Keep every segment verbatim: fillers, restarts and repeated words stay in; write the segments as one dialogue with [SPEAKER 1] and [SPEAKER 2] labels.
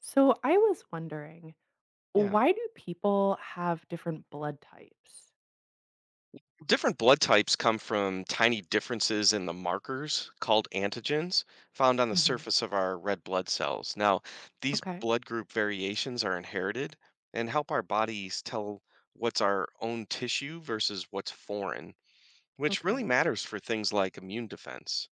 [SPEAKER 1] So I was wondering,
[SPEAKER 2] Yeah.
[SPEAKER 1] why do people have different blood types?
[SPEAKER 2] Different blood types come from tiny differences in the markers called antigens found on the
[SPEAKER 1] Hmm.
[SPEAKER 2] surface of our red blood cells. Now, these
[SPEAKER 1] Okay.
[SPEAKER 2] blood group variations are inherited and help our bodies tell what's our own tissue versus what's foreign, which really
[SPEAKER 1] Okay.
[SPEAKER 2] matters for things like immune defense.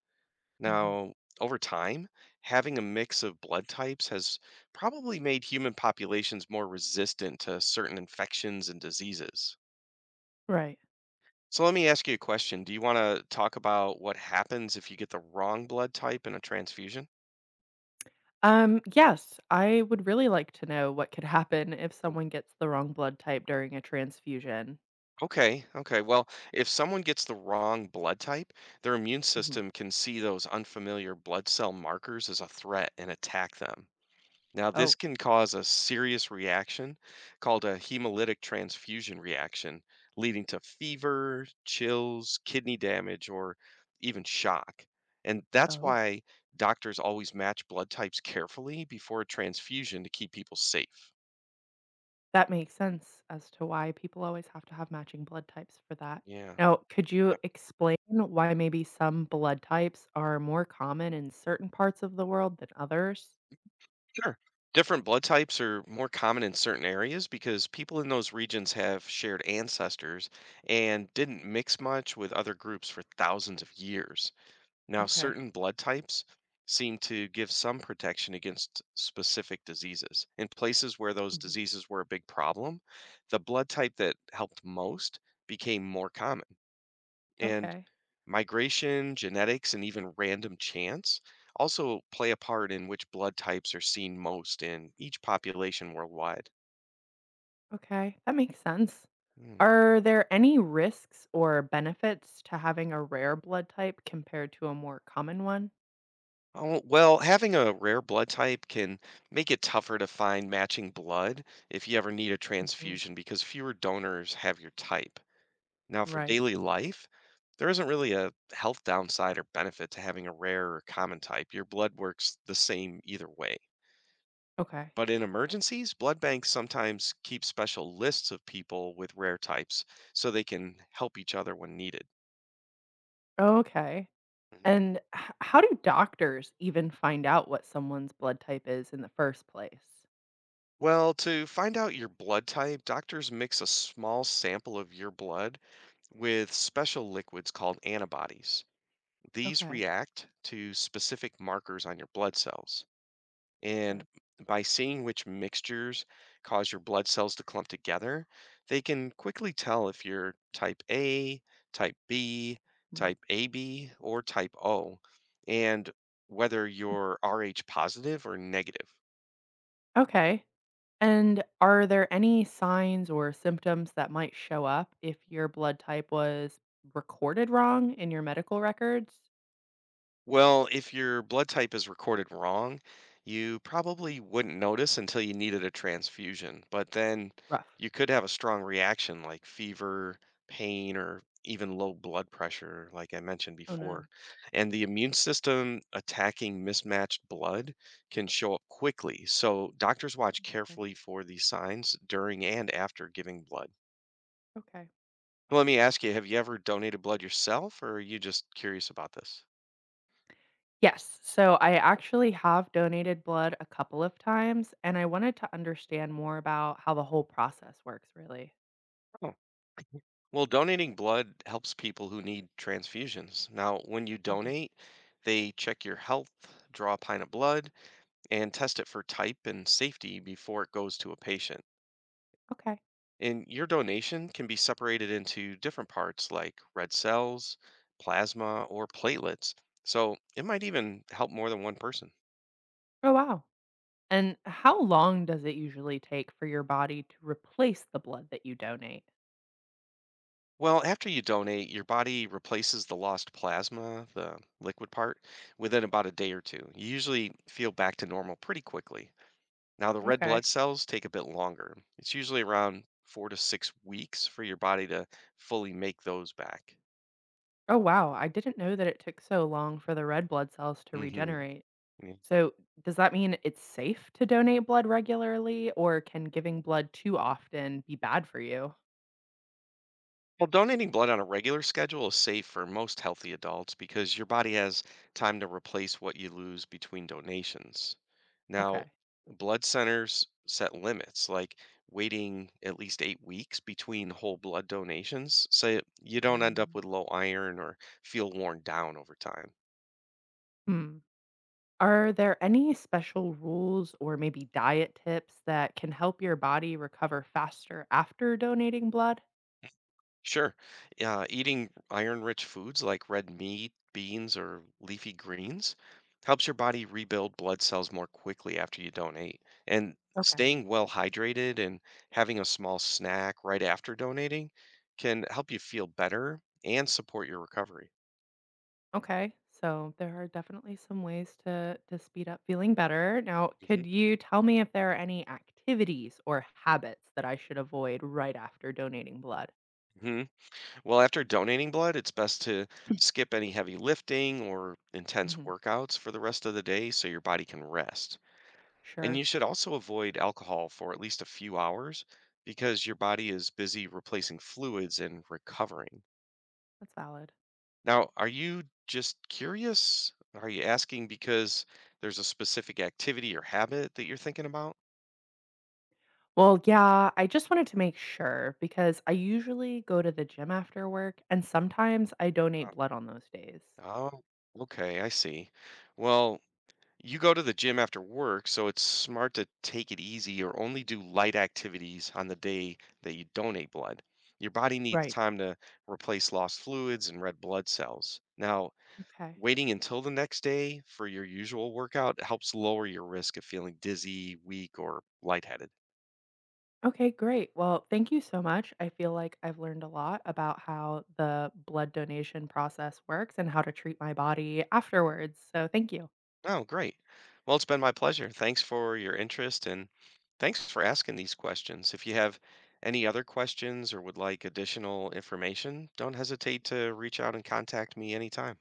[SPEAKER 1] Hmm.
[SPEAKER 2] Now, over time, having a mix of blood types has probably made human populations more resistant to certain infections and diseases.
[SPEAKER 1] Right.
[SPEAKER 2] So let me ask you a question. Do you want to talk about what happens if you get the wrong blood type in a transfusion?
[SPEAKER 1] Um, yes, I would really like to know what could happen if someone gets the wrong blood type during a transfusion.
[SPEAKER 2] Okay, okay. Well, if someone gets the wrong blood type, their immune
[SPEAKER 1] Hmm.
[SPEAKER 2] system can see those unfamiliar blood cell markers as a threat and attack them. Now, this
[SPEAKER 1] Oh.
[SPEAKER 2] can cause a serious reaction called a hemolytic transfusion reaction, leading to fever, chills, kidney damage, or even shock. And that's
[SPEAKER 1] Oh.
[SPEAKER 2] why doctors always match blood types carefully before a transfusion to keep people safe.
[SPEAKER 1] That makes sense as to why people always have to have matching blood types for that.
[SPEAKER 2] Yeah.
[SPEAKER 1] Now, could you
[SPEAKER 2] Yep.
[SPEAKER 1] explain why maybe some blood types are more common in certain parts of the world than others?
[SPEAKER 2] Sure. Different blood types are more common in certain areas because people in those regions have shared ancestors and didn't mix much with other groups for thousands of years. Now,
[SPEAKER 1] Okay.
[SPEAKER 2] certain blood types seem to give some protection against specific diseases. In places where those
[SPEAKER 1] Hmm.
[SPEAKER 2] diseases were a big problem, the blood type that helped most became more common. And
[SPEAKER 1] Okay.
[SPEAKER 2] migration, genetics, and even random chance also play a part in which blood types are seen most in each population worldwide.
[SPEAKER 1] Okay, that makes sense.
[SPEAKER 2] Hmm.
[SPEAKER 1] Are there any risks or benefits to having a rare blood type compared to a more common one?
[SPEAKER 2] Oh, well, having a rare blood type can make it tougher to find matching blood if you ever need a
[SPEAKER 1] Hmm.
[SPEAKER 2] transfusion because fewer donors have your type. Now, for
[SPEAKER 1] Right.
[SPEAKER 2] daily life, there isn't really a health downside or benefit to having a rare or common type. Your blood works the same either way.
[SPEAKER 1] Okay.
[SPEAKER 2] But in emergencies, blood banks sometimes keep special lists of people with rare types so they can help each other when needed.
[SPEAKER 1] Okay.
[SPEAKER 2] Mhm.
[SPEAKER 1] And h- how do doctors even find out what someone's blood type is in the first place?
[SPEAKER 2] Well, to find out your blood type, doctors mix a small sample of your blood with special liquids called antibodies. These
[SPEAKER 1] Okay.
[SPEAKER 2] react to specific markers on your blood cells. And
[SPEAKER 1] Sure.
[SPEAKER 2] by seeing which mixtures cause your blood cells to clump together, they can quickly tell if you're type A, type B,
[SPEAKER 1] Mm.
[SPEAKER 2] type A B, or type O, and whether you're Rh positive or negative.
[SPEAKER 1] Okay. And are there any signs or symptoms that might show up if your blood type was recorded wrong in your medical records?
[SPEAKER 2] Well, if your blood type is recorded wrong, you probably wouldn't notice until you needed a transfusion. But then
[SPEAKER 1] Rough.
[SPEAKER 2] you could have a strong reaction like fever, pain, or even low blood pressure, like I mentioned
[SPEAKER 1] Oh
[SPEAKER 2] before.
[SPEAKER 1] no.
[SPEAKER 2] And the immune system attacking mismatched blood can show up quickly. So doctors watch
[SPEAKER 1] Okay.
[SPEAKER 2] carefully for these signs during and after giving blood.
[SPEAKER 1] Okay.
[SPEAKER 2] Let me ask you, have you ever donated blood yourself, or are you just curious about this?
[SPEAKER 1] Yes. So I actually have donated blood a couple of times, and I wanted to understand more about how the whole process works, really.
[SPEAKER 2] Well, donating blood helps people who need transfusions. Now, when you
[SPEAKER 1] Hmm.
[SPEAKER 2] donate, they check your health, draw a pint of blood, and test it for type and safety before it goes to a patient.
[SPEAKER 1] Okay.
[SPEAKER 2] And your donation can be separated into different parts like red cells, plasma, or platelets. So it might even help more than one person.
[SPEAKER 1] Oh, wow. And how long does it usually take for your body to replace the blood that you donate?
[SPEAKER 2] Well, after you donate, your body replaces the lost plasma, the liquid part, within about a day or two. You usually feel back to normal pretty quickly. Now, the red blood
[SPEAKER 1] Okay.
[SPEAKER 2] cells take a bit longer. It's usually around four to six weeks for your body to fully make those back.
[SPEAKER 1] Oh, wow. I didn't know that it took so long for the red blood cells to
[SPEAKER 2] Hmm.
[SPEAKER 1] regenerate.
[SPEAKER 2] Yeah.
[SPEAKER 1] So, does that mean it's safe to donate blood regularly, or can giving blood too often be bad for you?
[SPEAKER 2] Well, donating blood on a regular schedule is safe for most healthy adults because your body has time to replace what you lose between donations. Now,
[SPEAKER 1] Okay.
[SPEAKER 2] blood centers set limits like waiting at least eight weeks between whole blood donations so you don't end up
[SPEAKER 1] Mm.
[SPEAKER 2] with low iron or feel worn down over time.
[SPEAKER 1] Hmm. Are there any special rules or maybe diet tips that can help your body recover faster after donating blood?
[SPEAKER 2] Sure. Uh, eating iron-rich foods like red meat, beans, or leafy greens helps your body rebuild blood cells more quickly after you donate. And
[SPEAKER 1] Okay.
[SPEAKER 2] staying well hydrated and having a small snack right after donating can help you feel better and support your recovery.
[SPEAKER 1] Okay. So there are definitely some ways to to speed up feeling better. Now, could
[SPEAKER 2] Hmm.
[SPEAKER 1] you tell me if there are any activities or habits that I should avoid right after donating blood?
[SPEAKER 2] Hmm. Well, after donating blood, it's best to skip any heavy lifting or intense
[SPEAKER 1] Hmm.
[SPEAKER 2] workouts for the rest of the day so your body can rest. And
[SPEAKER 1] Sure.
[SPEAKER 2] you should also avoid alcohol for at least a few hours because your body is busy replacing fluids and recovering.
[SPEAKER 1] That's valid.
[SPEAKER 2] Now, are you just curious? Are you asking because there's a specific activity or habit that you're thinking about?
[SPEAKER 1] Well, yeah, I just wanted to make sure because I usually go to the gym after work and sometimes I donate
[SPEAKER 2] Um,
[SPEAKER 1] blood on those days.
[SPEAKER 2] Oh, okay, I see. Well, you go to the gym after work, so it's smart to take it easy or only do light activities on the day that you donate blood. Your body needs
[SPEAKER 1] Right.
[SPEAKER 2] time to replace lost fluids and red blood cells. Now,
[SPEAKER 1] Okay.
[SPEAKER 2] waiting until the next day for your usual workout helps lower your risk of feeling dizzy, weak, or lightheaded.
[SPEAKER 1] Okay, great. Well, thank you so much. I feel like I've learned a lot about how the blood donation process works and how to treat my body afterwards. So, thank you.
[SPEAKER 2] Oh, great. Well, it's been my pleasure. Thanks for your interest and thanks for asking these questions. If you have any other questions or would like additional information, don't hesitate to reach out and contact me anytime.